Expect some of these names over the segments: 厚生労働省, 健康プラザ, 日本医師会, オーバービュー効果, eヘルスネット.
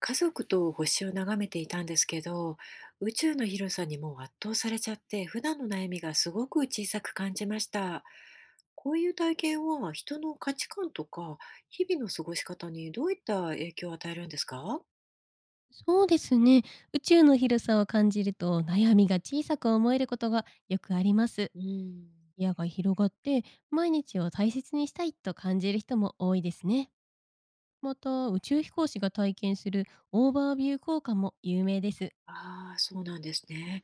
家族と星を眺めていたんですけど、宇宙の広さにもう圧倒されちゃって、普段の悩みがすごく小さく感じました。こういう体験は人の価値観とか日々の過ごし方にどういった影響を与えるんですか？そうですね。宇宙の広さを感じると悩みが小さく思えることがよくあります。うん。視野が広がって毎日を大切にしたいと感じる人も多いですね。また宇宙飛行士が体験するオーバービュー効果も有名です。ああ、そうなんですね。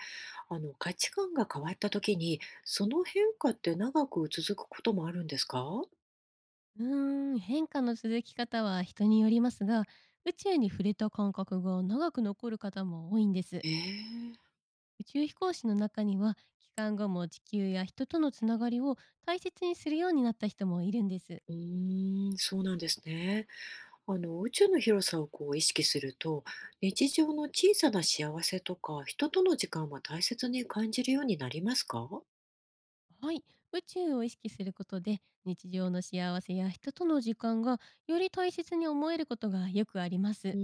あの、価値観が変わった時に、その変化って長く続くこともあるんですか？うーん、変化の続き方は人によりますが、宇宙に触れた感覚が長く残る方も多いんです。ええ。宇宙飛行士の中には、帰還後も地球や人とのつながりを大切にするようになった人もいるんです。うーん、そうなんですね。あの宇宙の広さをこう意識すると日常の小さな幸せとか人との時間は大切に感じるようになりますか？はい、宇宙を意識することで日常の幸せや人との時間がより大切に思えることがよくありまうす。ん。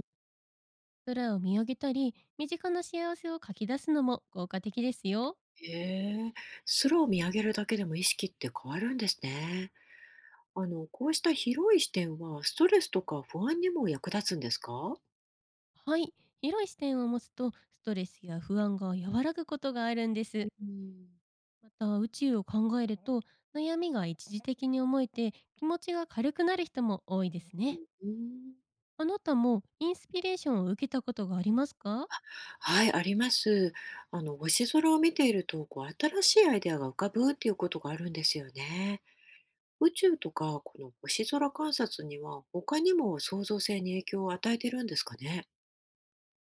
空を見上げたり、身近な幸せを書き出すのも効果的ですよ。へえ。空を見上げるだけでも意識って変わるんですね。あのこうした広い視点はストレスとか不安にも役立つんですか？はい、広い視点を持つとストレスや不安が和らぐことがあるんでうす。ん。また宇宙を考えると悩みが一時的に思えて気持ちが軽くなる人も多いですね。うん。あなたもインスピレーションを受けたことがありますか？はい、あります。あの、星空を見ていると、こう、新しいアイデアが浮かぶっていうことがあるんですよね。宇宙とかこの星空観察には他にも創造性に影響を与えてるんですかね。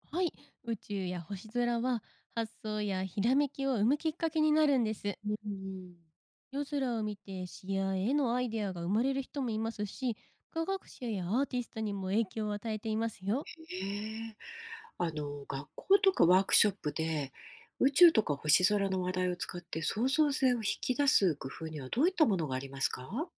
はい、宇宙や星空は発想やひらめきを生むきっかけになるんです。うん、夜空を見て詩や絵のアイデアが生まれる人もいますし、科学者やアーティストにも影響を与えていますよ。へえ。あの学校とかワークショップで宇宙とか星空の話題を使って創造性を引き出す工夫にはどういったものがありますか？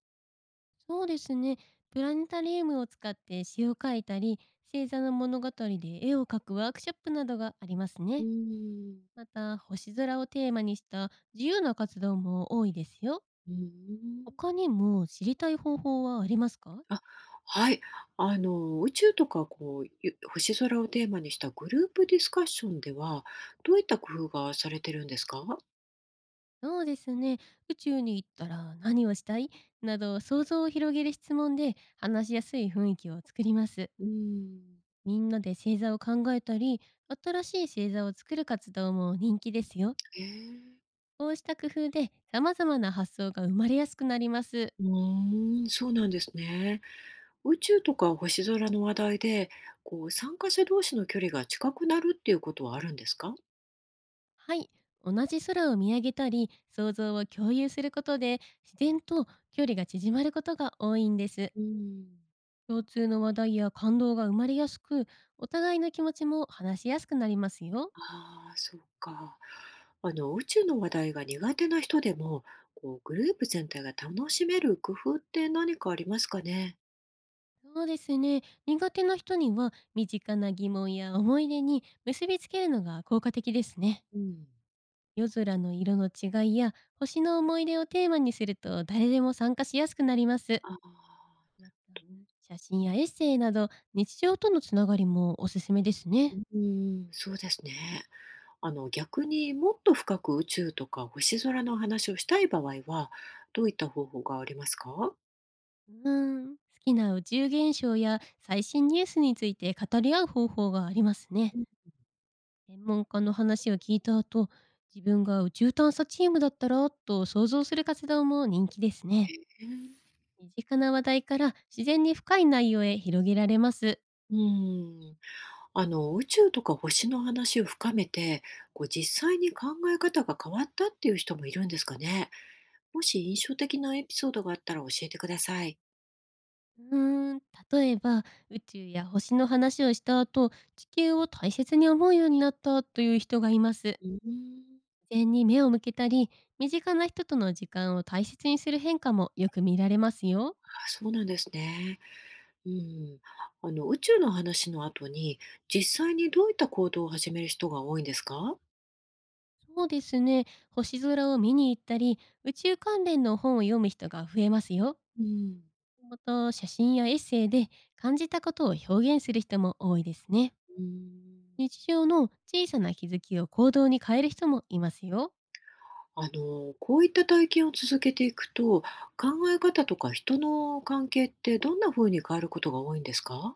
そうですね、プラネタリウムを使って詩を書いたり、星座の物語で絵を描くワークショップなどがありますうーね。ん、また、星空をテーマにした自由な活動も多いですよ。うーん。他にも知りたい方法はありますか？あ、はい。あの、宇宙とかこう、星空をテーマにしたグループディスカッションでは、どういった工夫がされてるんですか？そうですね。宇宙に行ったら何をしたいなど想像を広げる質問で話しやすい雰囲気を作ります。うーん。みんなで星座を考えたり、新しい星座を作る活動も人気ですよ。ええ。こうした工夫で様々な発想が生まれやすくなります。うーん、そうなんですね。宇宙とか星空の話題で、こう、参加者同士の距離が近くなるっていうことはあるんですか？はい。同じ空を見上げたり、想像を共有することで自然と距離が縮まることが多いんです。うん、共通の話題や感動が生まれやすく、お互いの気持ちも話しやすくなりますよ。ああー、そうか。あの、宇宙の話題が苦手な人でも、こう、グループ全体が楽しめる工夫って何かありますかね。そうですね。苦手な人には身近な疑問や思い出に結びつけるのが効果的ですね。うん、夜空の色の違いや星の思い出をテーマにすると誰でも参加しやすくなります。ああ、なまた、るほど。写真やエッセイなど日常とのつながりもおすすめですうね。ーん、そうですね。あの、逆にもっと深く宇宙とか星空の話をしたい場合は、どういった方法がありますか？うーん、好きな宇宙現象や最新ニュースについて語り合う方法がありますね。専門家の話を聞いた後、自分が宇宙探査チームだったらと想像する活動も人気ですね。身近な話題から自然に深い内容へ広げられます。うん。あの、宇宙とか星の話を深めて、こう実際に考え方が変わったっていう人もいるんですかね？もし印象的なエピソードがあったら教えてください。うーん、例えば宇宙や星の話をした後、地球を大切に思うようになったという人がいます。うーん。自然に目を向けたり、身近な人との時間を大切にする変化もよく見られますよ。あ、そうなんですね。うん。あの、宇宙の話の後に、実際にどういった行動を始める人が多いんですか？そうですね、星空を見に行ったり、宇宙関連の本を読む人が増えますよ。うん。また写真やエッセイで感じたことを表現する人も多いですね。うん。日常の小さな気づきを行動に変える人もいますよ。あの、こういった体験を続けていくと、考え方とか人の関係ってどんな風に変わることが多いんですか？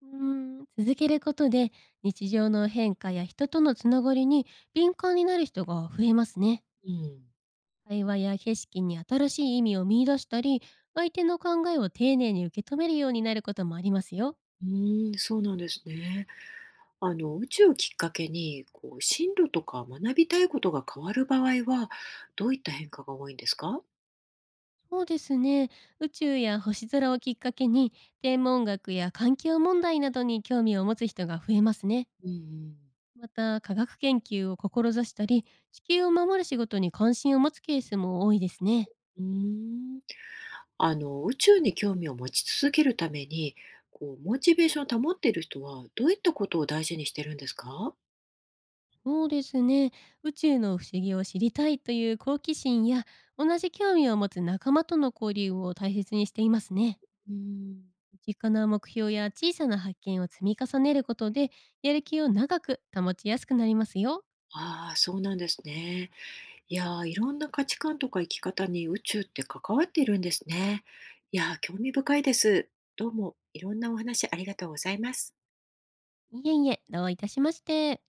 うーん、続けることで日常の変化や人とのつながりに敏感になる人が増えますね。うん。会話や景色に新しい意味を見出したり、相手の考えを丁寧に受け止めるようになることもありますよ。うーん、そうなんですね。あの、宇宙をきっかけに、こう、進路とか学びたいことが変わる場合は、どういった変化が多いんですか？そうですね、宇宙や星空をきっかけに天文学や環境問題などに興味を持つ人が増えますね。うんうん。また、科学研究を志したり、地球を守る仕事に関心を持つケースも多いですね。ーん。あの、宇宙に興味を持ち続けるために、こう、モチベーションを保っている人は、どういったことを大事にしてるんですか？そうですね。宇宙の不思議を知りたいという好奇心や、同じ興味を持つ仲間との交流を大切にしていますね。うん。身近な目標や小さな発見を積み重ねることで、やる気を長く保ちやすくなりますよ。ああ、そうなんですね。いやー、いろんな価値観とか生き方に宇宙って関わっているんですね。いやー、興味深いです。どうも、いろんなお話ありがとうございます。いえいえ、どういたしまして。